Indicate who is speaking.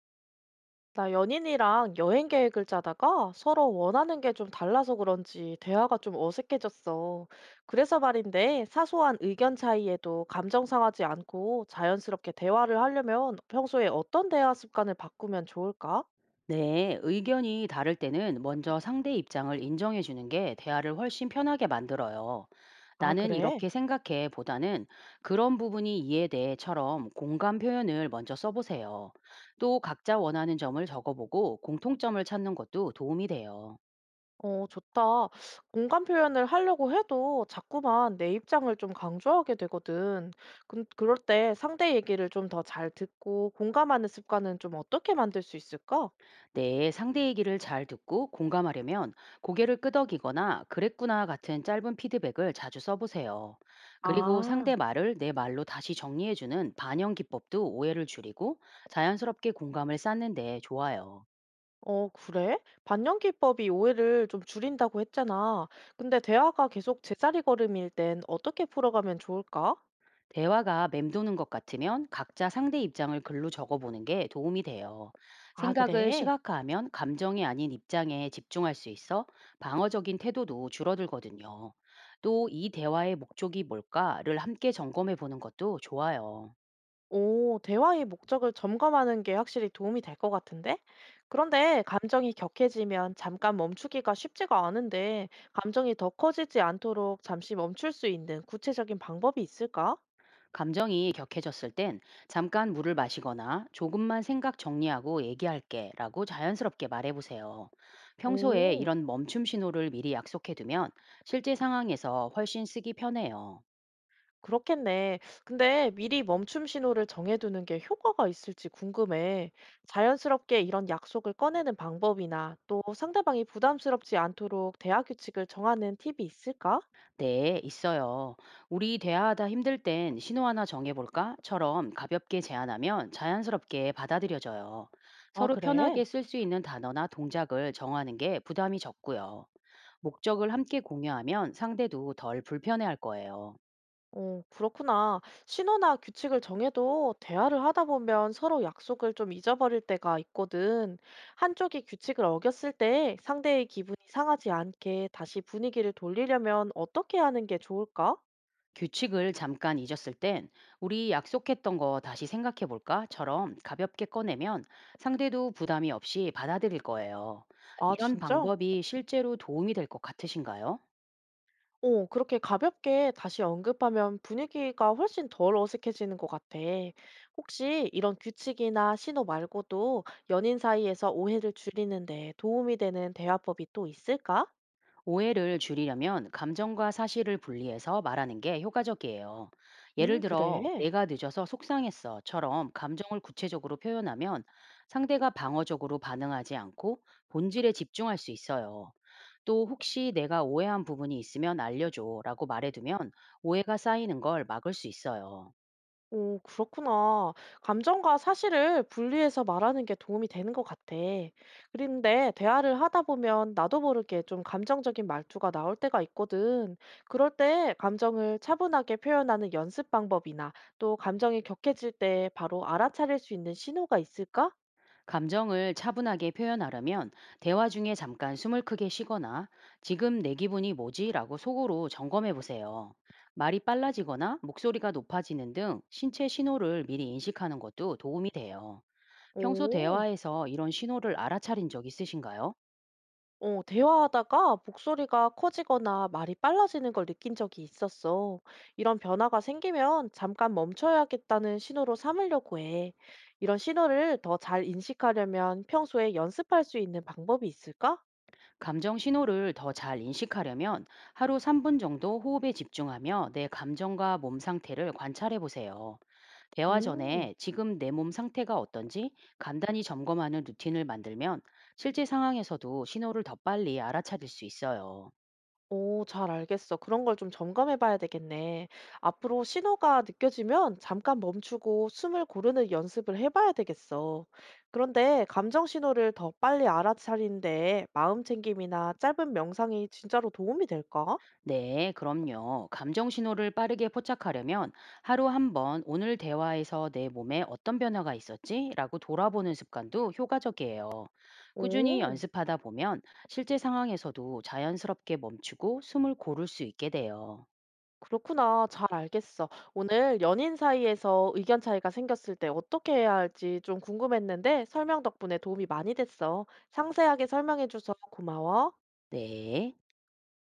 Speaker 1: 나 연인이랑 여행 계획을 짜다가 서로 원하는 게 좀 달라서 그런지 대화가 좀 어색해졌어. 그래서 말인데 사소한 의견 차이에도 감정 상하지 않고 자연스럽게 대화를 하려면 평소에 어떤 대화 습관을 바꾸면 좋을까?
Speaker 2: 네, 의견이 다를 때는 먼저 상대 입장을 인정해 주는 게 대화를 훨씬 편하게 만들어요.
Speaker 1: 아,
Speaker 2: 나는
Speaker 1: 그래?
Speaker 2: 이렇게 생각해 보다는 그런 부분이 이해돼처럼 공감 표현을 먼저 써보세요. 또 각자 원하는 점을 적어보고 공통점을 찾는 것도 도움이 돼요.
Speaker 1: 어, 좋다. 공감 표현을 하려고 해도 자꾸만 내 입장을 좀 강조하게 되거든. 근 그럴 때 상대 얘기를 좀 더 잘 듣고 공감하는 습관은 좀 어떻게 만들 수 있을까?
Speaker 2: 네, 상대 얘기를 잘 듣고 공감하려면 고개를 끄덕이거나 그랬구나 같은 짧은 피드백을 자주 써보세요. 그리고
Speaker 1: 아.
Speaker 2: 상대 말을 내 말로 다시 정리해주는 반영 기법도 오해를 줄이고 자연스럽게 공감을 쌓는 데 좋아요.
Speaker 1: 어, 그래? 반영기법이 오해를 좀 줄인다고 했잖아. 근데 대화가 계속 제자리 걸음일 땐 어떻게 풀어가면 좋을까?
Speaker 2: 대화가 맴도는 것 같으면 각자 상대 입장을 글로 적어보는 게 도움이 돼요.
Speaker 1: 아,
Speaker 2: 생각을
Speaker 1: 그래?
Speaker 2: 시각화하면 감정이 아닌 입장에 집중할 수 있어 방어적인 태도도 줄어들거든요. 또 이 대화의 목적이 뭘까를 함께 점검해 보는 것도 좋아요.
Speaker 1: 오, 대화의 목적을 점검하는 게 확실히 도움이 될 것 같은데? 그런데 감정이 격해지면 잠깐 멈추기가 쉽지가 않은데, 감정이 더 커지지 않도록 잠시 멈출 수 있는 구체적인 방법이 있을까?
Speaker 2: 감정이 격해졌을 땐 잠깐 물을 마시거나 조금만 생각 정리하고 얘기할게 라고 자연스럽게 말해보세요. 평소에
Speaker 1: 오.
Speaker 2: 이런 멈춤 신호를 미리 약속해 두면 실제 상황에서 훨씬 쓰기 편해요.
Speaker 1: 그렇겠네. 근데 미리 멈춤 신호를 정해두는 게 효과가 있을지 궁금해. 자연스럽게 이런 약속을 꺼내는 방법이나 또 상대방이 부담스럽지 않도록 대화 규칙을 정하는 팁이 있을까?
Speaker 2: 네, 있어요. 우리 대화하다 힘들 땐 신호 하나 정해볼까?처럼 가볍게 제안하면 자연스럽게 받아들여져요.
Speaker 1: 아,
Speaker 2: 서로
Speaker 1: 그래?
Speaker 2: 편하게 쓸 수 있는 단어나 동작을 정하는 게 부담이 적고요. 목적을 함께 공유하면 상대도 덜 불편해할 거예요.
Speaker 1: 어, 그렇구나. 신호나 규칙을 정해도 대화를 하다 보면 서로 약속을 좀 잊어버릴 때가 있거든. 한쪽이 규칙을 어겼을 때 상대의 기분이 상하지 않게 다시 분위기를 돌리려면 어떻게 하는 게 좋을까?
Speaker 2: 규칙을 잠깐 잊었을 땐 우리 약속했던 거 다시 생각해볼까?처럼 가볍게 꺼내면 상대도 부담이 없이 받아들일 거예요.
Speaker 1: 아,
Speaker 2: 이런
Speaker 1: 진짜?
Speaker 2: 방법이 실제로 도움이 될 것 같으신가요?
Speaker 1: 어, 그렇게 가볍게 다시 언급하면 분위기가 훨씬 덜 어색해지는 것 같아. 혹시 이런 규칙이나 신호 말고도 연인 사이에서 오해를 줄이는 데 도움이 되는 대화법이 또 있을까?
Speaker 2: 오해를 줄이려면 감정과 사실을 분리해서 말하는 게 효과적이에요. 예를 들어,
Speaker 1: 그래.
Speaker 2: 내가 늦어서 속상했어처럼 감정을 구체적으로 표현하면 상대가 방어적으로 반응하지 않고 본질에 집중할 수 있어요. 또 혹시 내가 오해한 부분이 있으면 알려줘라고 말해두면 오해가 쌓이는 걸 막을 수 있어요.
Speaker 1: 오, 그렇구나. 감정과 사실을 분리해서 말하는 게 도움이 되는 것 같아. 그런데 대화를 하다 보면 나도 모르게 좀 감정적인 말투가 나올 때가 있거든. 그럴 때 감정을 차분하게 표현하는 연습 방법이나 또 감정이 격해질 때 바로 알아차릴 수 있는 신호가 있을까?
Speaker 2: 감정을 차분하게 표현하려면 대화 중에 잠깐 숨을 크게 쉬거나 지금 내 기분이 뭐지? 라고 속으로 점검해 보세요. 말이 빨라지거나 목소리가 높아지는 등 신체 신호를 미리 인식하는 것도 도움이 돼요. 평소
Speaker 1: 오.
Speaker 2: 대화에서 이런 신호를 알아차린 적 있으신가요?
Speaker 1: 어, 대화하다가 목소리가 커지거나 말이 빨라지는 걸 느낀 적이 있었어. 이런 변화가 생기면 잠깐 멈춰야겠다는 신호로 삼으려고 해. 이런 신호를 더 잘 인식하려면 평소에 연습할 수 있는 방법이 있을까?
Speaker 2: 감정 신호를 더 잘 인식하려면 하루 3분 정도 호흡에 집중하며 내 감정과 몸 상태를 관찰해 보세요. 대화
Speaker 1: 음.
Speaker 2: 전에 지금 내 몸 상태가 어떤지 간단히 점검하는 루틴을 만들면 실제 상황에서도 신호를 더 빨리 알아차릴 수 있어요.
Speaker 1: 오, 잘 알겠어. 그런 걸 좀 점검해 봐야 되겠네. 앞으로 신호가 느껴지면 잠깐 멈추고 숨을 고르는 연습을 해 봐야 되겠어. 그런데 감정 신호를 더 빨리 알아차리는데 마음 챙김이나 짧은 명상이 진짜로 도움이 될까?
Speaker 2: 네, 그럼요. 감정 신호를 빠르게 포착하려면 하루 한 번 오늘 대화에서 내 몸에 어떤 변화가 있었지? 라고 돌아보는 습관도 효과적이에요. 꾸준히
Speaker 1: 오,
Speaker 2: 연습하다 보면 실제 상황에서도 자연스럽게 멈추고 숨을 고를 수 있게 돼요.
Speaker 1: 그렇구나. 잘 알겠어. 오늘 연인 사이에서 의견 차이가 생겼을 때 어떻게 해야 할지 좀 궁금했는데 설명 덕분에 도움이 많이 됐어. 상세하게 설명해 줘서 고마워.
Speaker 2: 네.